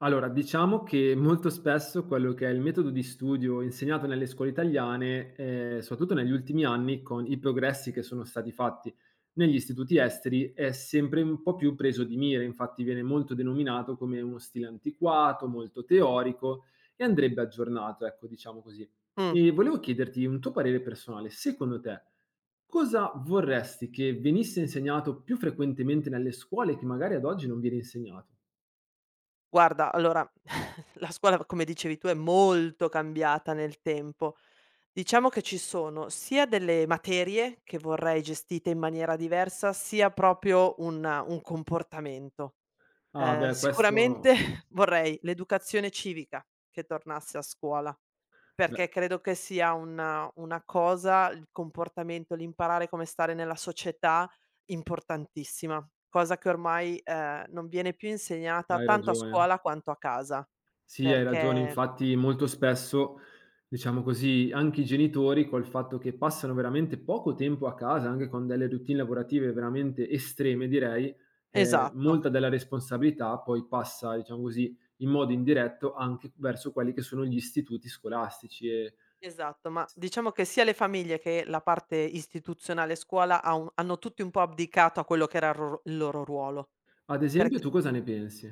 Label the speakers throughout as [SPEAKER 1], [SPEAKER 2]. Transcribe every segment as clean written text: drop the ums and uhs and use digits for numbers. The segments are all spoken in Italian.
[SPEAKER 1] Allora, diciamo che molto spesso quello che è il metodo di studio insegnato nelle scuole italiane, soprattutto negli ultimi anni, con i progressi che sono stati fatti negli istituti esteri, è sempre un po' più preso di mira. Infatti viene molto denominato come uno stile antiquato, molto teorico e andrebbe aggiornato, ecco, diciamo così.
[SPEAKER 2] Mh,
[SPEAKER 1] E volevo chiederti un tuo parere personale: secondo te, cosa vorresti che venisse insegnato più frequentemente nelle scuole che magari ad oggi non viene insegnato?
[SPEAKER 2] guarda allora la scuola, come dicevi tu, è molto cambiata nel tempo. Diciamo che ci sono sia delle materie che vorrei gestite in maniera diversa, sia proprio un comportamento.
[SPEAKER 1] Ah
[SPEAKER 2] Ehm,
[SPEAKER 1] beh, questo
[SPEAKER 2] sicuramente vorrei l'educazione civica che tornasse a scuola.
[SPEAKER 1] beh,
[SPEAKER 2] Perché credo che sia una cosa il comportamento, l'imparare come stare nella società, importantissima, cosa che ormai, non viene più insegnata
[SPEAKER 1] hai
[SPEAKER 2] tanto a
[SPEAKER 1] ragione.
[SPEAKER 2] scuola quanto a casa.
[SPEAKER 1] Sì, hai ragione.
[SPEAKER 2] Perché
[SPEAKER 1] Infatti molto spesso, diciamo così, anche i genitori col fatto che passano veramente poco tempo a casa, anche con delle routine lavorative veramente estreme direi,
[SPEAKER 2] esatto,
[SPEAKER 1] molta della responsabilità poi passa, diciamo così, in modo indiretto anche verso quelli che sono gli istituti scolastici e,
[SPEAKER 2] esatto, ma diciamo che sia le famiglie che la parte istituzionale scuola ha un hanno tutti un po' abdicato a quello che era il loro ruolo,
[SPEAKER 1] ad esempio,
[SPEAKER 2] perché
[SPEAKER 1] tu cosa ne pensi?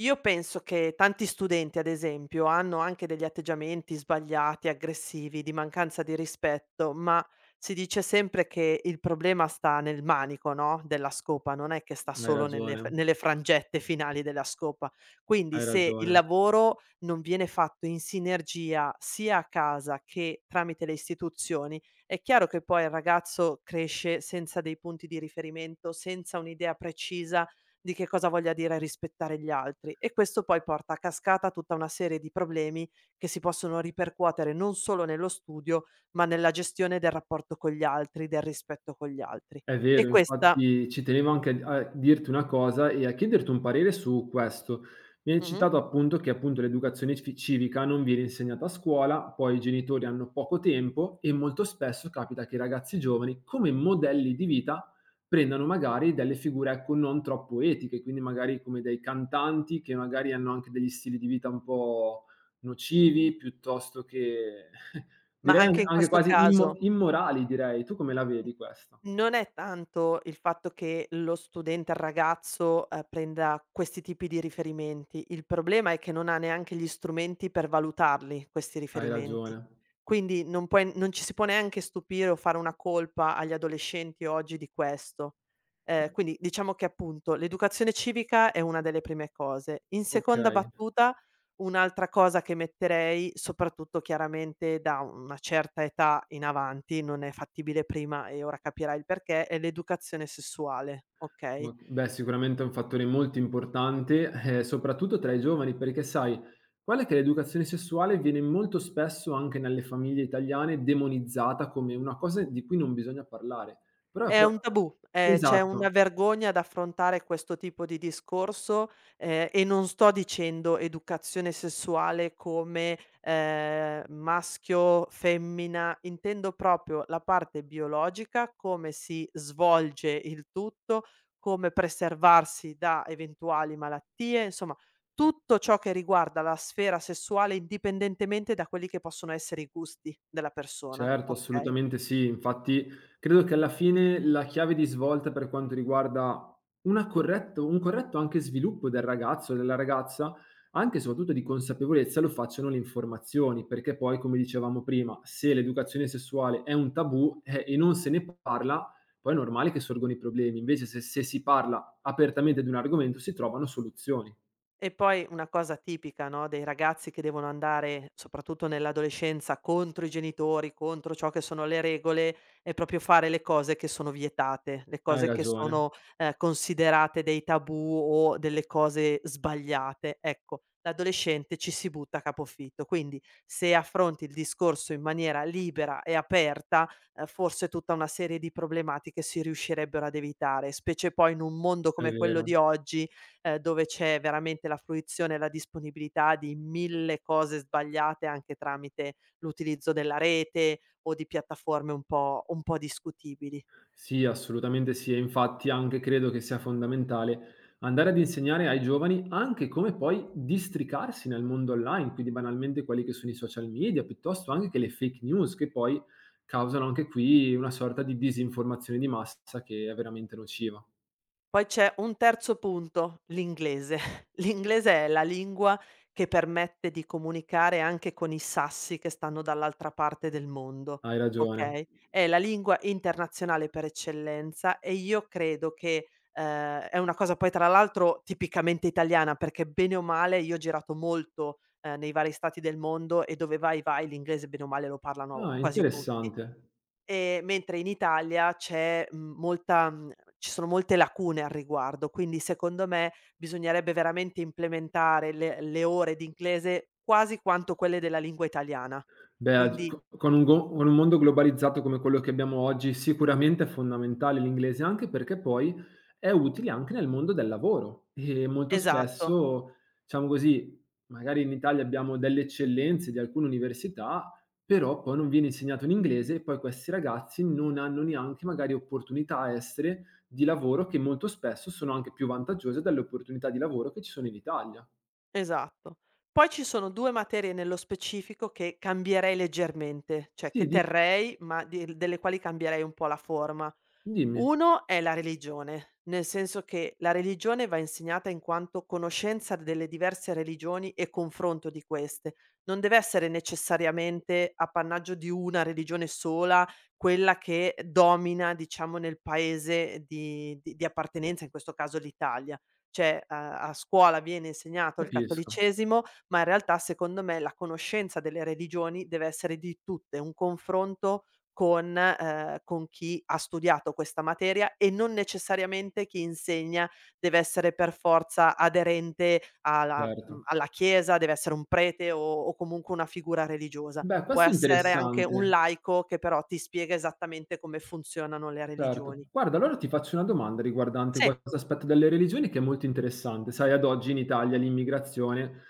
[SPEAKER 2] io penso che tanti studenti, ad esempio, hanno anche degli atteggiamenti sbagliati, aggressivi, di mancanza di rispetto, ma si dice sempre che il problema sta nel manico, no, della scopa, non è che sta
[SPEAKER 1] Hai
[SPEAKER 2] solo nelle f
[SPEAKER 1] ragione,
[SPEAKER 2] nelle frangette finali della scopa. Quindi
[SPEAKER 1] hai
[SPEAKER 2] se il
[SPEAKER 1] ragione.
[SPEAKER 2] lavoro non viene fatto in sinergia sia a casa che tramite le istituzioni, è chiaro che poi il ragazzo cresce senza dei punti di riferimento, senza un'idea precisa di che cosa voglia dire rispettare gli altri e questo poi porta a cascata tutta una serie di problemi che si possono ripercuotere non solo nello studio, ma nella gestione del rapporto con gli altri, del rispetto con gli altri.
[SPEAKER 1] È
[SPEAKER 2] E
[SPEAKER 1] vero,
[SPEAKER 2] questa
[SPEAKER 1] infatti ci tenevo anche a dirti una cosa e a chiederti un parere su questo. Mi hai
[SPEAKER 2] Mh-mh.
[SPEAKER 1] citato appunto che appunto l'educazione fi civica non viene insegnata a scuola, poi i genitori hanno poco tempo e molto spesso capita che i ragazzi giovani come modelli di vita prendano magari delle figure, ecco, non troppo etiche, quindi magari come dei cantanti che magari hanno anche degli stili di vita un po' nocivi, piuttosto che
[SPEAKER 2] Ma
[SPEAKER 1] direi
[SPEAKER 2] anche
[SPEAKER 1] an
[SPEAKER 2] in
[SPEAKER 1] anche
[SPEAKER 2] questo
[SPEAKER 1] quasi
[SPEAKER 2] caso
[SPEAKER 1] immorali, direi. Tu come la vedi questa?
[SPEAKER 2] non è tanto il fatto che lo studente, il ragazzo, prenda questi tipi di riferimenti. Il problema è che non ha neanche gli strumenti per valutarli questi
[SPEAKER 1] Hai
[SPEAKER 2] riferimenti.
[SPEAKER 1] ragione.
[SPEAKER 2] Quindi non puoi non ci si può neanche stupire o fare una colpa agli adolescenti oggi di questo. Quindi diciamo che appunto l'educazione civica è una delle prime cose. In seconda
[SPEAKER 1] Okay,
[SPEAKER 2] battuta un'altra cosa che metterei, soprattutto chiaramente da una certa età in avanti, non è fattibile prima e ora capirai il perché, è l'educazione sessuale, okay?
[SPEAKER 1] ok. Beh, sicuramente è un fattore molto importante, soprattutto tra i giovani, perché sai qual è che l'educazione sessuale viene molto spesso, anche nelle famiglie italiane, demonizzata come una cosa di cui non bisogna parlare. Però è
[SPEAKER 2] È
[SPEAKER 1] pro
[SPEAKER 2] un tabù, c'è una
[SPEAKER 1] Esatto.
[SPEAKER 2] vergogna ad affrontare questo tipo di discorso, e non sto dicendo educazione sessuale come, maschio, femmina, intendo proprio la parte biologica, come si svolge il tutto, come preservarsi da eventuali malattie, insomma tutto ciò che riguarda la sfera sessuale indipendentemente da quelli che possono essere i gusti della persona,
[SPEAKER 1] Certo,
[SPEAKER 2] okay?
[SPEAKER 1] assolutamente sì. Infatti credo che alla fine la chiave di svolta per quanto riguarda una corretto un corretto anche sviluppo del ragazzo, e della ragazza, anche e soprattutto di consapevolezza, lo facciano le informazioni, perché poi, come dicevamo prima, se l'educazione sessuale è un tabù, e non se ne parla, poi è normale che sorgono i problemi. Invece se si parla apertamente di un argomento si trovano soluzioni.
[SPEAKER 2] E poi una cosa tipica, no, dei ragazzi che devono andare, soprattutto nell'adolescenza, contro i genitori, contro ciò che sono le regole, è proprio fare le cose che sono vietate, le
[SPEAKER 1] Hai
[SPEAKER 2] cose che
[SPEAKER 1] ragione,
[SPEAKER 2] sono, considerate dei tabù o delle cose sbagliate. Ecco, l'adolescente ci si butta a capofitto, quindi se affronti il discorso in maniera libera e aperta, forse tutta una serie di problematiche si riuscirebbero ad evitare, specie poi in un mondo
[SPEAKER 1] è
[SPEAKER 2] come quello
[SPEAKER 1] vero.
[SPEAKER 2] di oggi dove c'è veramente la fruizione e la disponibilità di 1000 cose sbagliate anche tramite l'utilizzo della rete o di piattaforme un po' discutibili.
[SPEAKER 1] Sì, assolutamente sì. E infatti anche credo che sia fondamentale andare ad insegnare ai giovani anche come poi districarsi nel mondo online, quindi banalmente quelli che sono i social media, piuttosto anche che le fake news che poi causano anche qui una sorta di disinformazione di massa che è veramente nociva.
[SPEAKER 2] Poi c'è un terzo punto, l'inglese. L'inglese è la lingua che permette di comunicare anche con i sassi che stanno dall'altra parte del mondo,
[SPEAKER 1] Hai ragione.
[SPEAKER 2] okay, è la lingua internazionale per eccellenza e io credo che, è una cosa poi tra l'altro tipicamente italiana, perché bene o male io ho girato molto, nei vari stati del mondo e dove vai, vai l'inglese bene o male lo parlano
[SPEAKER 1] Ah,
[SPEAKER 2] quasi tutti.
[SPEAKER 1] interessante.
[SPEAKER 2] Mentre in Italia c'è, molta ci sono molte lacune al riguardo, quindi secondo me bisognerebbe veramente implementare le ore di inglese quasi quanto quelle della lingua italiana.
[SPEAKER 1] Beh, ag
[SPEAKER 2] Quindi
[SPEAKER 1] co con un go con un mondo globalizzato come quello che abbiamo oggi, sicuramente è fondamentale l'inglese, anche perché poi è utile anche nel mondo del lavoro. E molto
[SPEAKER 2] esatto.
[SPEAKER 1] spesso, diciamo così, magari in Italia abbiamo delle eccellenze di alcune università, però poi non viene insegnato l'inglese e poi questi ragazzi non hanno neanche magari opportunità estere di lavoro che molto spesso sono anche più vantaggiose delle opportunità di lavoro che ci sono in Italia.
[SPEAKER 2] Esatto. Poi ci sono 2 materie nello specifico che cambierei leggermente, cioè che
[SPEAKER 1] Sì, di
[SPEAKER 2] terrei, ma di delle quali cambierei un po' la forma.
[SPEAKER 1] dimmi,
[SPEAKER 2] Uno è la religione, nel senso che la religione va insegnata in quanto conoscenza delle diverse religioni e confronto di queste. Non deve essere necessariamente appannaggio di una religione sola, quella che domina, diciamo, nel paese di appartenenza, in questo caso l'Italia. Cioè, a scuola viene insegnato il
[SPEAKER 1] capisco,
[SPEAKER 2] cattolicesimo, ma in realtà secondo me la conoscenza delle religioni deve essere di tutte, un confronto con chi ha studiato questa materia e non necessariamente chi insegna deve essere per forza aderente alla mhmm,
[SPEAKER 1] certo.
[SPEAKER 2] alla chiesa, deve essere un prete o comunque una figura religiosa.
[SPEAKER 1] Beh,
[SPEAKER 2] Può
[SPEAKER 1] questo è
[SPEAKER 2] essere anche un
[SPEAKER 1] interessante,
[SPEAKER 2] laico che però ti spiega esattamente come funzionano le
[SPEAKER 1] certo.
[SPEAKER 2] religioni.
[SPEAKER 1] Guarda, allora ti faccio una domanda riguardante
[SPEAKER 2] Sì.
[SPEAKER 1] questo aspetto delle religioni che è molto interessante. Sai, ad oggi in Italia l'immigrazione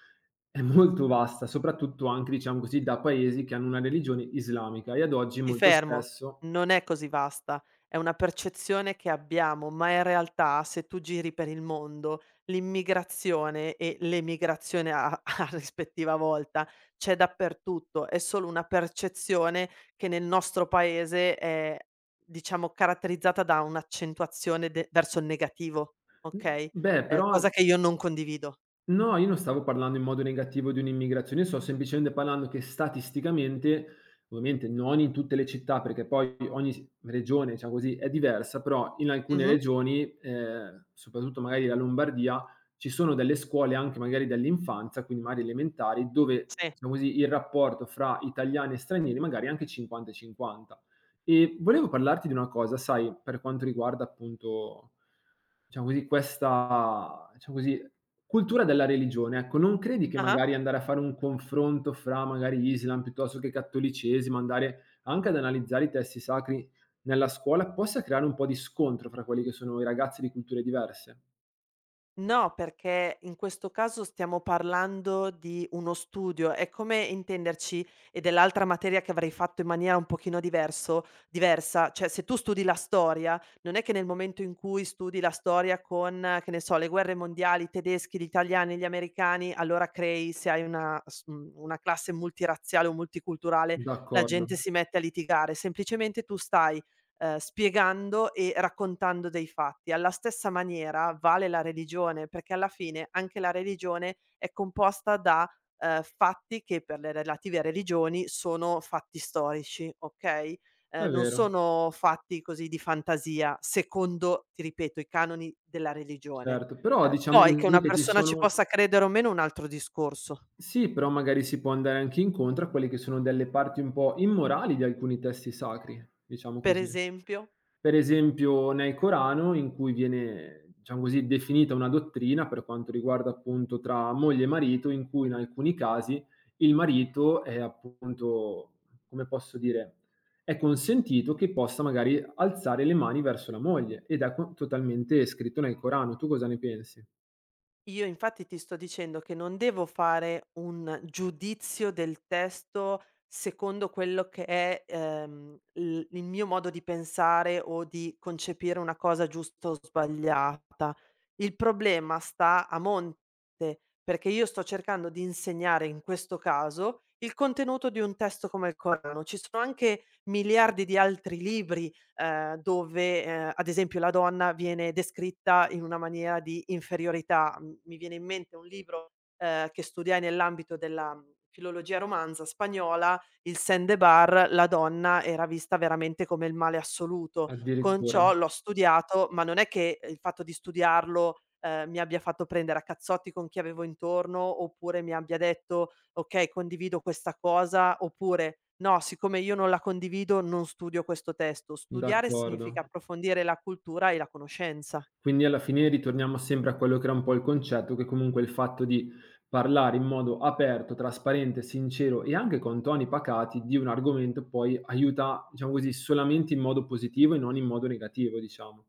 [SPEAKER 1] è molto vasta, soprattutto anche, diciamo così, da paesi che hanno una religione islamica e ad oggi
[SPEAKER 2] Ti
[SPEAKER 1] molto
[SPEAKER 2] fermo,
[SPEAKER 1] spesso.
[SPEAKER 2] non è così vasta, è una percezione che abbiamo, ma in realtà se tu giri per il mondo, l'immigrazione e l'emigrazione a a rispettiva volta c'è dappertutto, è solo una percezione che nel nostro paese è, diciamo, caratterizzata da un'accentuazione de verso il negativo,
[SPEAKER 1] Mh,
[SPEAKER 2] okay,
[SPEAKER 1] beh, però.
[SPEAKER 2] cosa che io non condivido.
[SPEAKER 1] No, io non stavo parlando in modo negativo di un'immigrazione, sto semplicemente parlando che statisticamente, ovviamente non in tutte le città, perché poi ogni regione, diciamo così, è diversa, però in alcune
[SPEAKER 2] Mh-mh,
[SPEAKER 1] regioni, soprattutto magari la Lombardia, ci sono delle scuole anche magari dell'infanzia, quindi magari elementari, dove,
[SPEAKER 2] sì.
[SPEAKER 1] diciamo così, il rapporto fra italiani e stranieri magari è anche 50-50. E cinquanta. E volevo parlarti di una cosa, sai, per quanto riguarda appunto, diciamo così, questa, diciamo così, cultura della religione, ecco. Non credi che
[SPEAKER 2] Ah-ah.
[SPEAKER 1] magari andare a fare un confronto fra magari Islam piuttosto che cattolicesimo, andare anche ad analizzare i testi sacri nella scuola, possa creare un po' di scontro fra quelli che sono i ragazzi di culture diverse?
[SPEAKER 2] No, perché in questo caso stiamo parlando di uno studio, è come intenderci e dell'altra materia che avrei fatto in maniera un pochino diverso diversa, cioè se tu studi la storia, non è che nel momento in cui studi la storia con, che ne so, le guerre mondiali, i tedeschi, gli italiani, gli americani, allora crei se hai una classe multirazziale o multiculturale, la
[SPEAKER 1] D'accordo,
[SPEAKER 2] gente si mette a litigare. Semplicemente tu stai spiegando e raccontando dei fatti. Alla stessa maniera vale la religione, perché alla fine anche la religione è composta da, fatti che per le relative religioni sono fatti storici, okay,
[SPEAKER 1] è
[SPEAKER 2] non
[SPEAKER 1] vero,
[SPEAKER 2] sono fatti così di fantasia, secondo, ti ripeto, i canoni della religione.
[SPEAKER 1] certo. Però
[SPEAKER 2] Ehm,
[SPEAKER 1] diciamo
[SPEAKER 2] poi che una
[SPEAKER 1] così che ci
[SPEAKER 2] persona ci possa
[SPEAKER 1] sono
[SPEAKER 2] credere o meno è un altro discorso.
[SPEAKER 1] sì, però magari si può andare anche incontro a quelle che sono delle parti un po' immorali di alcuni testi sacri, diciamo
[SPEAKER 2] Per
[SPEAKER 1] così.
[SPEAKER 2] esempio?
[SPEAKER 1] Per esempio nel Corano, in cui viene, diciamo così, definita una dottrina per quanto riguarda appunto tra moglie e marito, in cui in alcuni casi il marito è appunto, come posso dire, è consentito che possa magari alzare le mani verso la moglie, ed è co totalmente scritto nel Corano. Tu cosa ne pensi?
[SPEAKER 2] Io infatti ti sto dicendo che non devo fare un giudizio del testo secondo quello che è, il mio modo di pensare o di concepire una cosa giusta o sbagliata. Il problema sta a monte, perché io sto cercando di insegnare in questo caso il contenuto di un testo come il Corano. Ci sono anche miliardi di altri libri dove, ad esempio la donna viene descritta in una maniera di inferiorità. M mi viene in mente un libro, che studiai nell'ambito della, filologia romanza spagnola, il Sandebar, la donna era vista veramente come il male assoluto. Con
[SPEAKER 1] Addirittura,
[SPEAKER 2] ciò l'ho studiato, ma non è che il fatto di studiarlo, mi abbia fatto prendere a cazzotti con chi avevo intorno, oppure mi abbia detto: "Okay, condivido questa cosa", oppure no, siccome io non la condivido, non studio questo testo. Studiare
[SPEAKER 1] d'accordo.
[SPEAKER 2] significa approfondire la cultura e la conoscenza.
[SPEAKER 1] Quindi alla fine ritorniamo sempre a quello che era un po' il concetto, che comunque il fatto di parlare in modo aperto, trasparente, sincero e anche con toni pacati di un argomento poi aiuta, diciamo così, solamente in modo positivo e non in modo negativo, diciamo.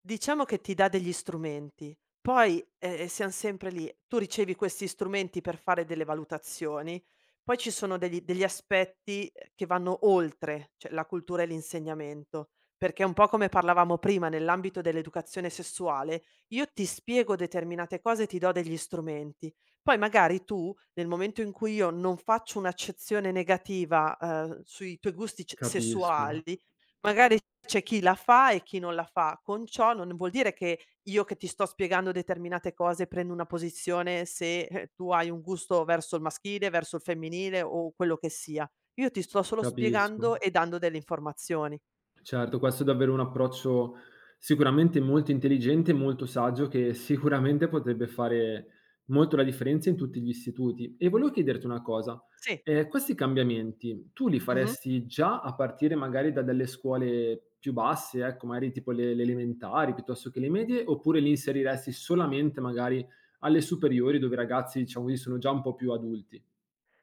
[SPEAKER 2] Diciamo che ti dà degli strumenti, poi, siam sempre lì. Tu ricevi questi strumenti per fare delle valutazioni, poi ci sono degli aspetti, che vanno oltre, cioè la cultura e l'insegnamento, perché un po' come parlavamo prima nell'ambito dell'educazione sessuale, io ti spiego determinate cose e ti do degli strumenti. Poi magari tu, nel momento in cui io non faccio un'accezione negativa, sui tuoi gusti c
[SPEAKER 1] Capisco,
[SPEAKER 2] sessuali, magari c'è chi la fa e chi non la fa. Con ciò non vuol dire che io che ti sto spiegando determinate cose prendo una posizione se, tu hai un gusto verso il maschile, verso il femminile o quello che sia. Io ti sto solo
[SPEAKER 1] capisco.
[SPEAKER 2] spiegando e dando delle informazioni.
[SPEAKER 1] Certo, questo è davvero un approccio sicuramente molto intelligente e molto saggio che sicuramente potrebbe fare molto la differenza in tutti gli istituti. E volevo chiederti una cosa,
[SPEAKER 2] Sì.
[SPEAKER 1] questi cambiamenti tu li
[SPEAKER 2] Mh-mh.
[SPEAKER 1] faresti già a partire magari da delle scuole più basse, ecco, magari tipo le elementari piuttosto che le medie, oppure li inseriresti solamente magari alle superiori, dove i ragazzi, diciamo così, sono già un po' più adulti?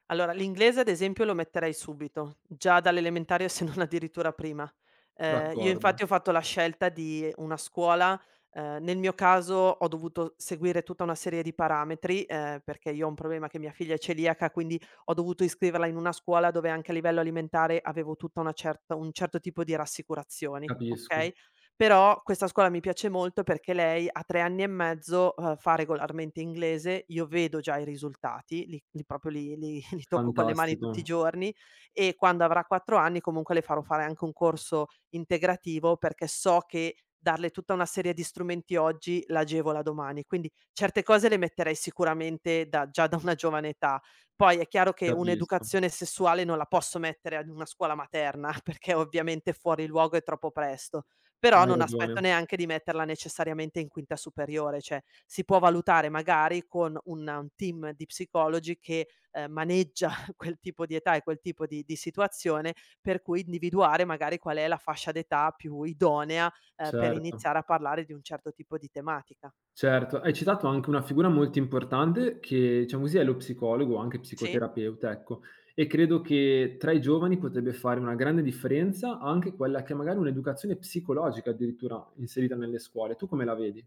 [SPEAKER 2] Allora, l'inglese ad esempio lo metterei subito, già dalle elementari se non addirittura prima. Io
[SPEAKER 1] D'accordo,
[SPEAKER 2] infatti ho fatto la scelta di una scuola nel mio caso ho dovuto seguire tutta una serie di parametri, perché io ho un problema che mia figlia è celiaca, quindi ho dovuto iscriverla in una scuola dove anche a livello alimentare avevo tutta una certa un certo tipo di rassicurazioni,
[SPEAKER 1] capisco,
[SPEAKER 2] okay? Però questa scuola mi piace molto perché lei a 3 anni e mezzo, fa regolarmente inglese, io vedo già i risultati, li proprio li li tocco con le mani tutti i
[SPEAKER 1] fantastico,
[SPEAKER 2] giorni e quando avrà 4 anni comunque le farò fare anche un corso integrativo perché so che darle tutta una serie di strumenti oggi l'agevola domani. Quindi certe cose le metterei sicuramente da già da una giovane età. Poi è chiaro che
[SPEAKER 1] capisco.
[SPEAKER 2] un'educazione sessuale non la posso mettere ad una scuola materna perché ovviamente è fuori luogo e troppo presto, però
[SPEAKER 1] Hai
[SPEAKER 2] non
[SPEAKER 1] ragione.
[SPEAKER 2] aspetto neanche di metterla necessariamente in quinta superiore, cioè si può valutare magari con un team di psicologi che, maneggia quel tipo di età e quel tipo di situazione, per cui individuare magari qual è la fascia d'età più idonea, per
[SPEAKER 1] Certo,
[SPEAKER 2] iniziare a parlare di un certo tipo di tematica.
[SPEAKER 1] certo. Hai citato anche una figura molto importante che, diciamo così, è lo psicologo, anche
[SPEAKER 2] Sì?
[SPEAKER 1] psicoterapeuta, ecco, e credo che tra i giovani potrebbe fare una grande differenza anche quella che è magari un'educazione psicologica addirittura inserita nelle scuole. Tu come la vedi?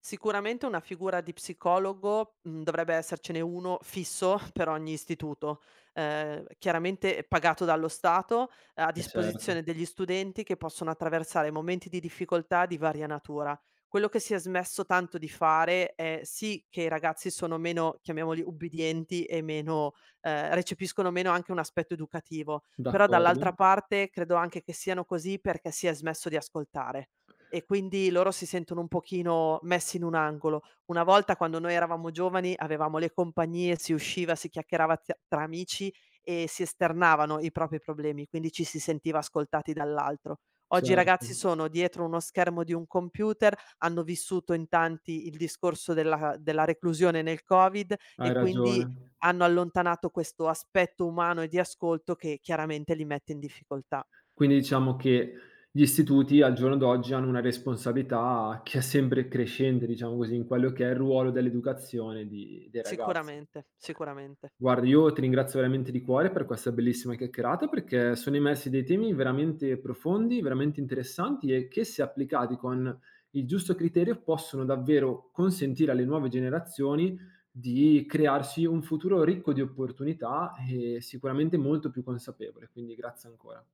[SPEAKER 2] Sicuramente una figura di psicologo, dovrebbe essercene uno fisso per ogni istituto, chiaramente pagato dallo Stato, a
[SPEAKER 1] Eh certo,
[SPEAKER 2] disposizione degli studenti che possono attraversare momenti di difficoltà di varia natura. Quello che si è smesso tanto di fare è sì che i ragazzi sono meno, chiamiamoli, ubbidienti e meno recepiscono meno anche un aspetto educativo, però
[SPEAKER 1] d'accordo,
[SPEAKER 2] dall'altra parte credo anche che siano così perché si è smesso di ascoltare. E quindi loro si sentono un pochino messi in un angolo. Una volta quando noi eravamo giovani avevamo le compagnie, si usciva, si chiacchierava t tra amici e si esternavano i propri problemi, quindi ci si sentiva ascoltati dall'altro. Oggi i ragazzi
[SPEAKER 1] certo,
[SPEAKER 2] sono dietro uno schermo di un computer, hanno vissuto in tanti il discorso della reclusione nel Covid
[SPEAKER 1] hai
[SPEAKER 2] e quindi
[SPEAKER 1] ragione.
[SPEAKER 2] hanno allontanato questo aspetto umano e di ascolto che chiaramente li mette in difficoltà.
[SPEAKER 1] Quindi diciamo che gli istituti al giorno d'oggi hanno una responsabilità che è sempre crescente, diciamo così, in quello che è il ruolo dell'educazione di dei ragazzi.
[SPEAKER 2] Sicuramente, sicuramente.
[SPEAKER 1] Guarda, io ti ringrazio veramente di cuore per questa bellissima chiacchierata, perché sono emersi dei temi veramente profondi, veramente interessanti e che, se applicati con il giusto criterio, possono davvero consentire alle nuove generazioni di crearsi un futuro ricco di opportunità e sicuramente molto più consapevole. Quindi grazie ancora.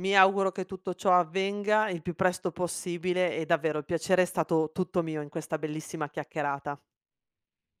[SPEAKER 2] Mi auguro che tutto ciò avvenga il più presto possibile e davvero il piacere è stato tutto mio in questa bellissima chiacchierata.